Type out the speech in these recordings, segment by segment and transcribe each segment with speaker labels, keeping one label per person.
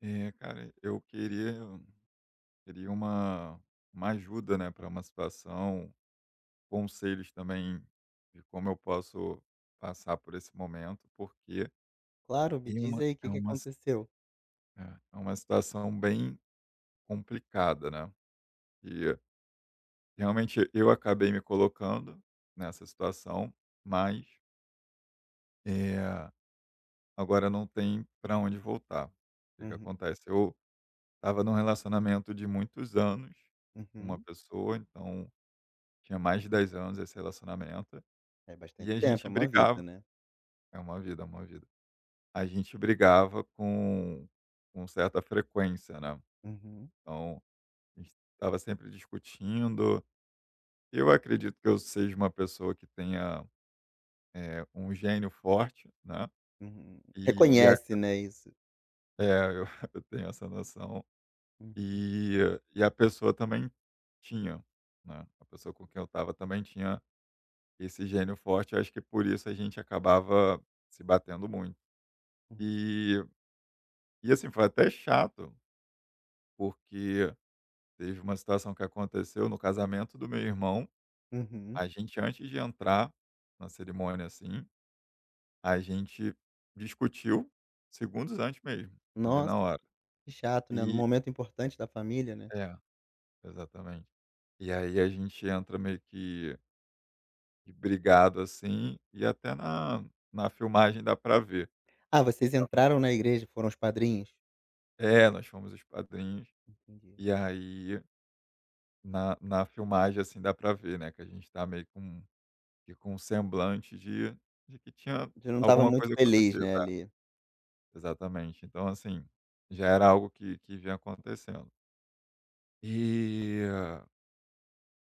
Speaker 1: É, cara, eu queria uma ajuda, né, para uma situação, conselhos também de como eu posso passar por esse momento, porque
Speaker 2: Claro, me diz aí o
Speaker 1: é
Speaker 2: que que
Speaker 1: uma si
Speaker 2: aconteceu.
Speaker 1: é é uma situação bem complicada, né, e realmente eu acabei me colocando nessa situação, mas, eh, agora não tem para onde voltar. O que que
Speaker 2: Uhum,
Speaker 1: acontece? Eu estava num relacionamento de muitos anos com uma
Speaker 2: uhum.
Speaker 1: pessoa, então tinha mais de 10 anos esse relacionamento,
Speaker 2: É
Speaker 1: e
Speaker 2: bastante
Speaker 1: a
Speaker 2: tempo,
Speaker 1: gente
Speaker 2: é uma vida,
Speaker 1: brigava,
Speaker 2: né.
Speaker 1: é uma vida, é uma vida. A gente brigava com certa frequência, né,
Speaker 2: Uhum,
Speaker 1: então a gente estava sempre discutindo. Eu acredito que eu seja uma pessoa que tenha, um gênio forte, né,
Speaker 2: uhum.
Speaker 1: e e a
Speaker 2: Reconhece, né, isso.
Speaker 1: é, eu eu tenho essa noção,
Speaker 2: Uhum,
Speaker 1: e a pessoa também tinha, né, a pessoa com quem eu estava também tinha esse gênio forte, eu acho que por isso a gente acabava se batendo muito.
Speaker 2: uhum,
Speaker 1: E e assim, foi até chato, porque teve uma situação que aconteceu no casamento do meu irmão.
Speaker 2: uhum.
Speaker 1: A gente, antes de entrar na cerimônia, assim, a gente discutiu segundos antes mesmo, ali
Speaker 2: Nossa,
Speaker 1: na hora.
Speaker 2: que chato, né, no
Speaker 1: E
Speaker 2: momento importante da família, né.
Speaker 1: é, exatamente. E aí a gente entra meio que brigado, assim, e até na filmagem dá pra ver.
Speaker 2: Ah, vocês entraram na igreja, foram os padrinhos?
Speaker 1: É, nós fomos os padrinhos,
Speaker 2: Entendi.
Speaker 1: e aí na filmagem, assim, dá pra ver, né, que a gente tá meio com, e com um semblante de que tinha
Speaker 2: Você não estava
Speaker 1: alguma
Speaker 2: muito
Speaker 1: coisa
Speaker 2: feliz,
Speaker 1: acontecido.
Speaker 2: né, ali.
Speaker 1: É, exatamente. Então, assim, já era algo que vinha acontecendo. E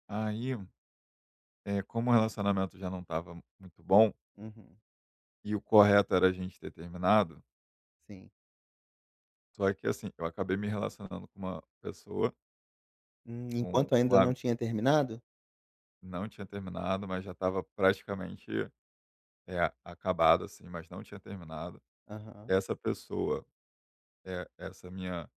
Speaker 1: aí, como o relacionamento já não estava muito bom,
Speaker 2: Uhum,
Speaker 1: e o correto era a gente ter terminado,
Speaker 2: sim.
Speaker 1: só que, assim, eu acabei me relacionando com uma pessoa,
Speaker 2: Enquanto
Speaker 1: com
Speaker 2: ainda
Speaker 1: a
Speaker 2: não tinha terminado?
Speaker 1: não tinha terminado, mas já estava praticamente, é, acabado, assim, mas não tinha terminado.
Speaker 2: Aham,
Speaker 1: Essa pessoa, essa minha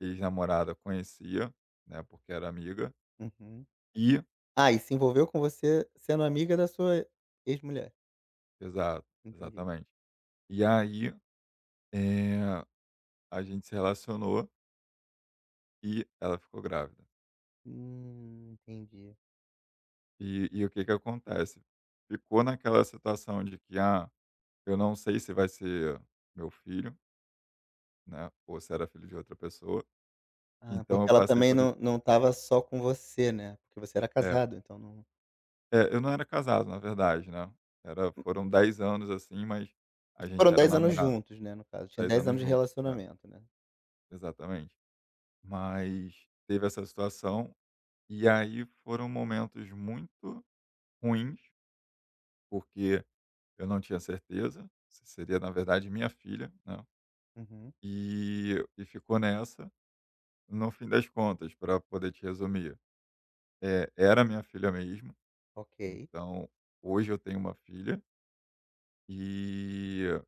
Speaker 1: ex-namorada conhecia, né, porque era amiga.
Speaker 2: uhum.
Speaker 1: E
Speaker 2: Ah, e se envolveu com você sendo amiga da sua ex-mulher?
Speaker 1: exato,
Speaker 2: Entendi.
Speaker 1: exatamente. E aí, eh, a gente se relacionou e ela ficou grávida.
Speaker 2: Entendi.
Speaker 1: E o que que acontece? Ficou naquela situação de que: "Ah, eu não sei se vai ser meu filho, né, ou se era filho de outra pessoa".
Speaker 2: Ah,
Speaker 1: Então
Speaker 2: porque
Speaker 1: eu
Speaker 2: ela
Speaker 1: passei
Speaker 2: também
Speaker 1: por,
Speaker 2: não estava só com você, né, porque você era
Speaker 1: é.
Speaker 2: casado, então não,
Speaker 1: É, eu não era casado, na verdade, né. Era Foram 10 anos, assim, mas a
Speaker 2: mas
Speaker 1: gente
Speaker 2: foram
Speaker 1: era
Speaker 2: 10 anos
Speaker 1: namorado,
Speaker 2: juntos, né, no caso, tinha
Speaker 1: 10
Speaker 2: dez
Speaker 1: anos
Speaker 2: anos de
Speaker 1: juntos. É,
Speaker 2: relacionamento, né?
Speaker 1: exatamente. Mas teve essa situação, e aí foram momentos muito ruins, porque eu não tinha certeza se seria, na verdade, minha filha, né?
Speaker 2: Uhum,
Speaker 1: E, ficou nessa, no fim das contas, para poder te resumir. É, era minha filha mesmo,
Speaker 2: ok.
Speaker 1: então hoje eu tenho uma filha e,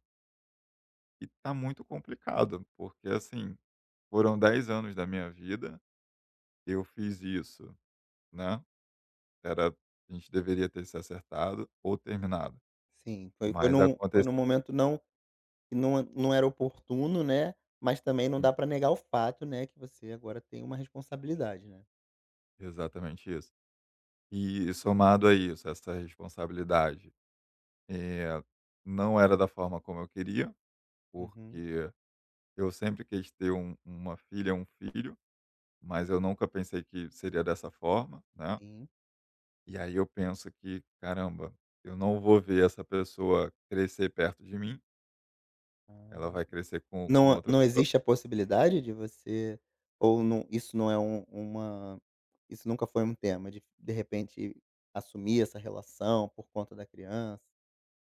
Speaker 1: tá muito complicado, porque assim, foram 10 anos da minha vida, eu fiz isso, né? Era A gente deveria ter se acertado ou terminado,
Speaker 2: Sim, foi
Speaker 1: mas
Speaker 2: num foi
Speaker 1: aconteceu
Speaker 2: num momento, que não era oportuno, né, mas também não dá pra negar o fato, né, que você agora tem uma responsabilidade, né?
Speaker 1: exatamente isso. E somado a isso, essa responsabilidade, eh, não era da forma como eu queria,
Speaker 2: Uhum,
Speaker 1: porque eu sempre quis ter uma filha, um filho, mas eu nunca pensei que seria dessa forma, né.
Speaker 2: sim.
Speaker 1: E aí eu penso que: "Caramba, eu não vou ver essa pessoa crescer perto de mim,
Speaker 2: Ah.
Speaker 1: ela vai crescer com uma
Speaker 2: Não
Speaker 1: outra
Speaker 2: não
Speaker 1: pessoa".
Speaker 2: existe a possibilidade de você ou não isso não é um uma isso nunca foi um tema de repente assumir essa relação por conta da criança?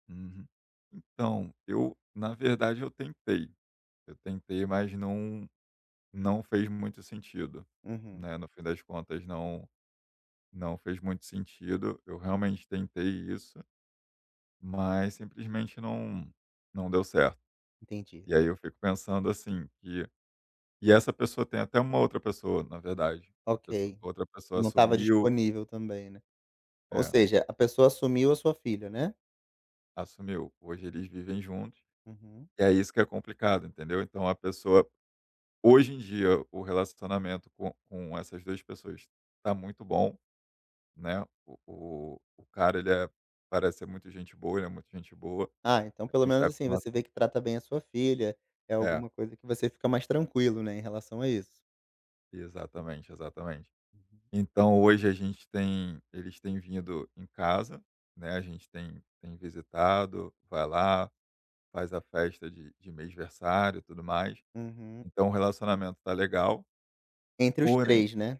Speaker 1: Uhum. Então, eu, na verdade, eu tentei. Eu tentei, mas não não fez muito sentido,
Speaker 2: Uhum,
Speaker 1: né, no fim das contas não não fez muito sentido. Eu realmente tentei isso, mas simplesmente não não deu certo.
Speaker 2: entendi.
Speaker 1: E aí eu fico pensando assim que e essa pessoa tem até uma outra pessoa, na verdade. A pessoa
Speaker 2: Ok,
Speaker 1: outra pessoa
Speaker 2: não estava
Speaker 1: assumiu.
Speaker 2: disponível também, né. Ou
Speaker 1: É,
Speaker 2: seja, a pessoa assumiu a sua filha, né?
Speaker 1: assumiu. Hoje eles vivem juntos.
Speaker 2: Uhum.
Speaker 1: E é isso que é complicado, entendeu? Então, a pessoa hoje em dia, o relacionamento com essas 2 pessoas tá muito bom, né, o cara, ele é parece ser muito gente boa, ele é muito gente boa,
Speaker 2: Ah, então
Speaker 1: a
Speaker 2: pelo
Speaker 1: gente
Speaker 2: menos,
Speaker 1: tá com
Speaker 2: assim, você
Speaker 1: relação.
Speaker 2: vê que trata bem a sua filha, é
Speaker 1: É,
Speaker 2: alguma coisa que você fica mais tranquilo, né, em relação a isso.
Speaker 1: exatamente, exatamente.
Speaker 2: Uhum.
Speaker 1: Então hoje a gente tem eles têm vindo em casa, né, a gente tem visitado, vai lá, faz a festa de mêsversário e tudo mais,
Speaker 2: Uhum.
Speaker 1: então o relacionamento tá legal,
Speaker 2: Entre os
Speaker 1: porém,
Speaker 2: três, né?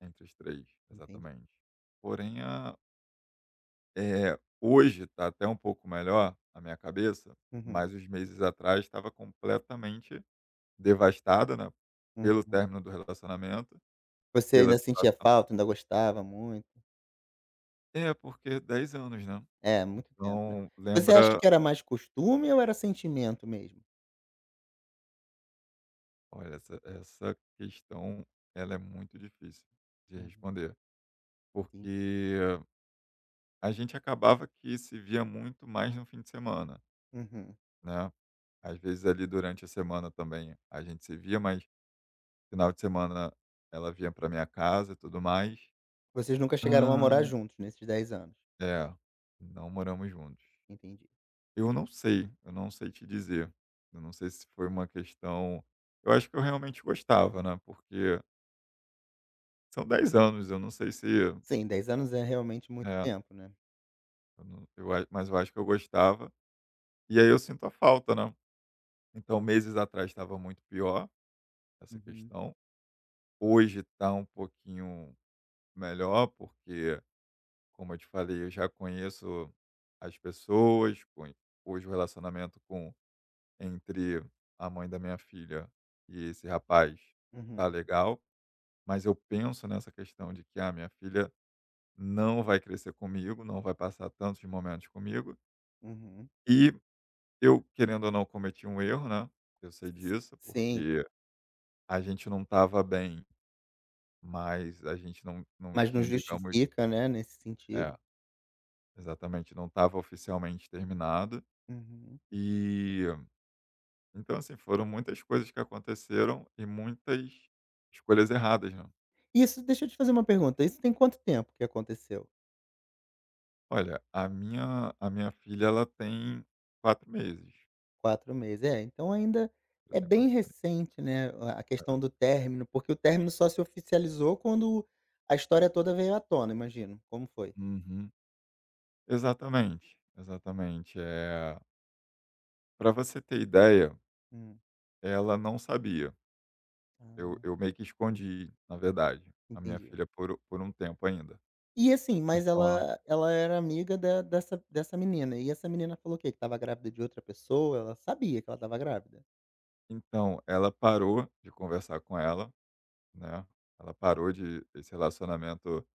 Speaker 1: entre os três,
Speaker 2: Entendi.
Speaker 1: exatamente. Porém, hoje está até um pouco melhor a minha cabeça,
Speaker 2: Uhum,
Speaker 1: mas uns meses atrás estava completamente devastada, né, pelo
Speaker 2: uhum.
Speaker 1: término do relacionamento,
Speaker 2: Você
Speaker 1: pela
Speaker 2: ainda sentia
Speaker 1: situação.
Speaker 2: falta, ainda gostava muito?
Speaker 1: É, porque 10 anos, né.
Speaker 2: É, muito tempo, né.
Speaker 1: Então
Speaker 2: Você acha
Speaker 1: lembra,
Speaker 2: que era mais costume ou era sentimento mesmo?
Speaker 1: olha, essa questão ela é muito difícil de
Speaker 2: Uhum,
Speaker 1: responder,
Speaker 2: entendi.
Speaker 1: porque a gente acabava que se via muito mais no fim de semana,
Speaker 2: Uhum.
Speaker 1: né. Às vezes ali durante a semana também a gente se via, mas final de semana ela vinha para minha casa e tudo mais.
Speaker 2: Vocês nunca chegaram a
Speaker 1: Ah.
Speaker 2: morar juntos nesses 10 anos?
Speaker 1: É, não moramos juntos.
Speaker 2: Entendi.
Speaker 1: Eu não sei te dizer. Eu não sei se foi uma questão, eu acho que eu realmente gostava, né, porque são 10 anos, eu não sei se
Speaker 2: Sim, 10 anos é realmente muito
Speaker 1: é,
Speaker 2: tempo, né.
Speaker 1: eu não eu a mas eu acho que eu gostava, e aí eu sinto a falta, né. Então meses atrás estava muito pior, essa
Speaker 2: Uhum,
Speaker 1: questão. Hoje está um pouquinho melhor, porque, como eu te falei, eu já conheço as pessoas, hoje o relacionamento com entre a mãe da minha filha e esse rapaz tá
Speaker 2: uhum,
Speaker 1: legal, mas eu penso nessa questão de que a minha filha não vai crescer comigo, não vai passar tantos momentos comigo,
Speaker 2: uhum.
Speaker 1: e eu, querendo ou não, cometi um erro, né? Eu sei disso,
Speaker 2: Sim,
Speaker 1: porque a gente não estava bem, mas a gente não
Speaker 2: mas não
Speaker 1: tinha, digamos,
Speaker 2: justifica, né, nesse
Speaker 1: é,
Speaker 2: sentido.
Speaker 1: exatamente, não estava oficialmente terminado.
Speaker 2: Uhum.
Speaker 1: E Então, assim, foram muitas coisas que aconteceram e muitas escolhas erradas, né.
Speaker 2: Isso deixa eu te fazer uma pergunta, isso tem quanto tempo que aconteceu?
Speaker 1: Olha, a minha filha, ela tem 4 meses.
Speaker 2: Quatro meses. É, então ainda
Speaker 1: Eu
Speaker 2: é
Speaker 1: tenho
Speaker 2: bem
Speaker 1: 4 meses.
Speaker 2: recente, né, a questão do término, porque o término só se oficializou quando a história toda veio à tona, imagino. Como foi?
Speaker 1: Uhum. Exatamente, exatamente. É para você ter ideia,
Speaker 2: Hum,
Speaker 1: ela não sabia. Eu
Speaker 2: ah,
Speaker 1: eu meio que escondi, na verdade, a minha
Speaker 2: entendi.
Speaker 1: filha por um tempo ainda.
Speaker 2: E assim, mas
Speaker 1: Então ela não
Speaker 2: ela era amiga da dessa dessa menina, e essa menina falou o quê? Que estava grávida de outra pessoa? Ela sabia que ela estava grávida?
Speaker 1: Então, ela parou de conversar com ela, né, ela parou de esse relacionamento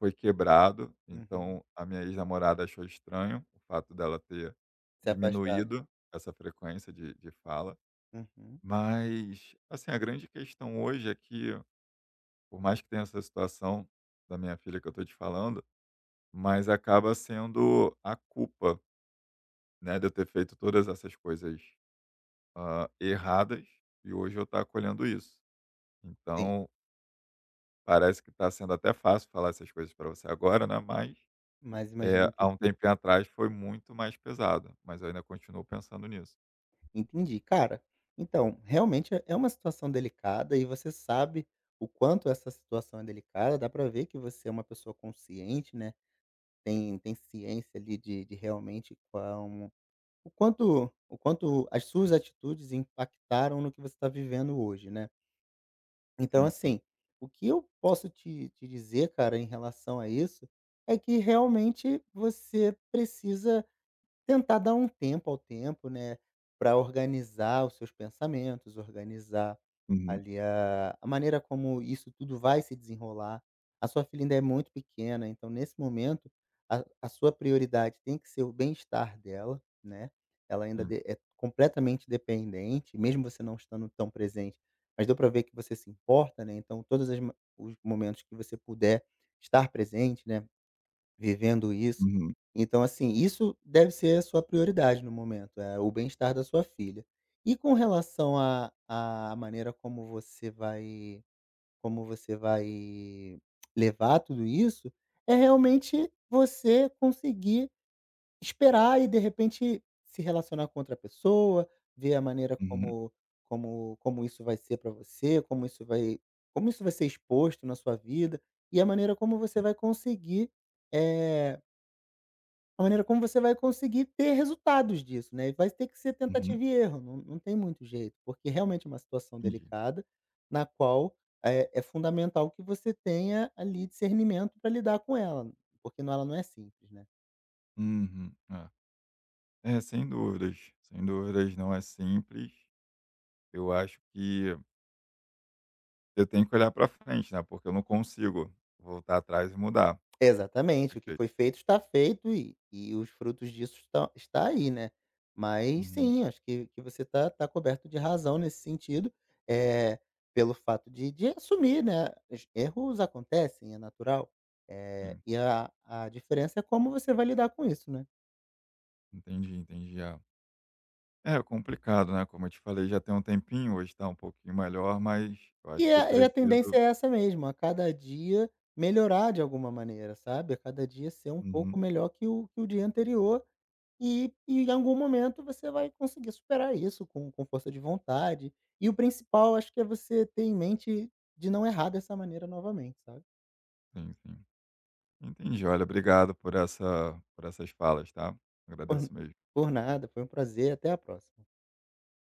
Speaker 1: foi quebrado,
Speaker 2: Uhum.
Speaker 1: então a minha ex-namorada achou estranho o fato dela ter
Speaker 2: Se afastado.
Speaker 1: diminuído essa frequência de fala.
Speaker 2: Uhum.
Speaker 1: Mas, assim, a grande questão hoje é que, por mais que tenha essa situação da minha filha que eu estou te falando, mas acaba sendo a culpa, né, de eu ter feito todas essas coisas, erradas, e hoje eu estou acolhendo isso.
Speaker 2: Sim,
Speaker 1: Então, parece que está sendo até fácil falar essas coisas para você agora, né, mas...
Speaker 2: mas
Speaker 1: É,
Speaker 2: imagino
Speaker 1: há
Speaker 2: que
Speaker 1: um tempinho atrás foi muito mais pesado, mas eu ainda continuo pensando nisso.
Speaker 2: Entendi. Cara, então, realmente é uma situação delicada e você sabe o quanto essa situação é delicada. Dá pra ver que você é uma pessoa consciente, né? Tem ciência ali de realmente o quanto as suas atitudes impactaram no que você está vivendo hoje, né? Então,
Speaker 1: Sim, sim.
Speaker 2: assim, o que eu posso te dizer, cara, em relação a isso, é que realmente você precisa tentar dar um tempo ao tempo, né, para organizar os seus pensamentos, organizar
Speaker 1: Uhum.
Speaker 2: ali a maneira como isso tudo vai se desenrolar. A sua filha ainda é muito pequena, então nesse momento a sua prioridade tem que ser o bem-estar dela, né. Ela ainda
Speaker 1: Sim.
Speaker 2: de é completamente dependente, mesmo você não estando tão presente, mas deu para ver que você se importa, né, então todos as ma os momentos que você puder estar presente, né, vivendo isso.
Speaker 1: Uhum.
Speaker 2: Então, assim, isso deve ser a sua prioridade no momento, é o bem-estar da sua filha. E com relação à maneira como você vai levar tudo isso, é realmente você conseguir esperar e, de repente, se relacionar com outra pessoa, ver a maneira
Speaker 1: Uhum.
Speaker 2: como isso vai ser para você, como isso vai ser exposto na sua vida, e a maneira como você
Speaker 1: Sim.
Speaker 2: vai conseguir, eh a maneira como você vai conseguir ter resultados disso, né, e vai ter que ser
Speaker 1: Uhum.
Speaker 2: tentativa e erro, não tem muito jeito, porque realmente é uma situação
Speaker 1: Entendi.
Speaker 2: delicada, na qual, é fundamental que você tenha ali discernimento para lidar com ela, porque ela não é simples, né.
Speaker 1: Uhum. É. É, sem dúvidas. Sem dúvidas, não é simples. Eu acho que eu tenho que olhar para frente, né, porque eu não consigo voltar atrás e mudar.
Speaker 2: Exatamente, o que
Speaker 1: Perfeito.
Speaker 2: foi feito está feito e os frutos disso estão está aí, né. Mas
Speaker 1: Uhum.
Speaker 2: sim, acho que você está tá tá coberto de razão nesse sentido, é pelo fato de assumir, né, os erros acontecem, é natural,
Speaker 1: Sim,
Speaker 2: e a diferença é como você vai lidar com isso, né.
Speaker 1: entendi, entendi. É. É complicado, né, como eu te falei, já tem um tempinho, hoje está um pouquinho melhor, mas eu acho
Speaker 2: E
Speaker 1: que eu
Speaker 2: a e a tendência
Speaker 1: preciso...
Speaker 2: é essa mesmo, a cada dia melhorar de alguma maneira, sabe, a cada dia ser um pouco
Speaker 1: Uhum.
Speaker 2: melhor que o dia anterior. E em algum momento você vai conseguir superar isso com força de vontade. E o principal acho que é você ter em mente de não errar dessa maneira novamente, sabe.
Speaker 1: Sim, sim. Entendi. Olha, obrigado por essas falas, tá?
Speaker 2: Por
Speaker 1: Agradeço mesmo.
Speaker 2: por nada, foi um prazer, até a próxima.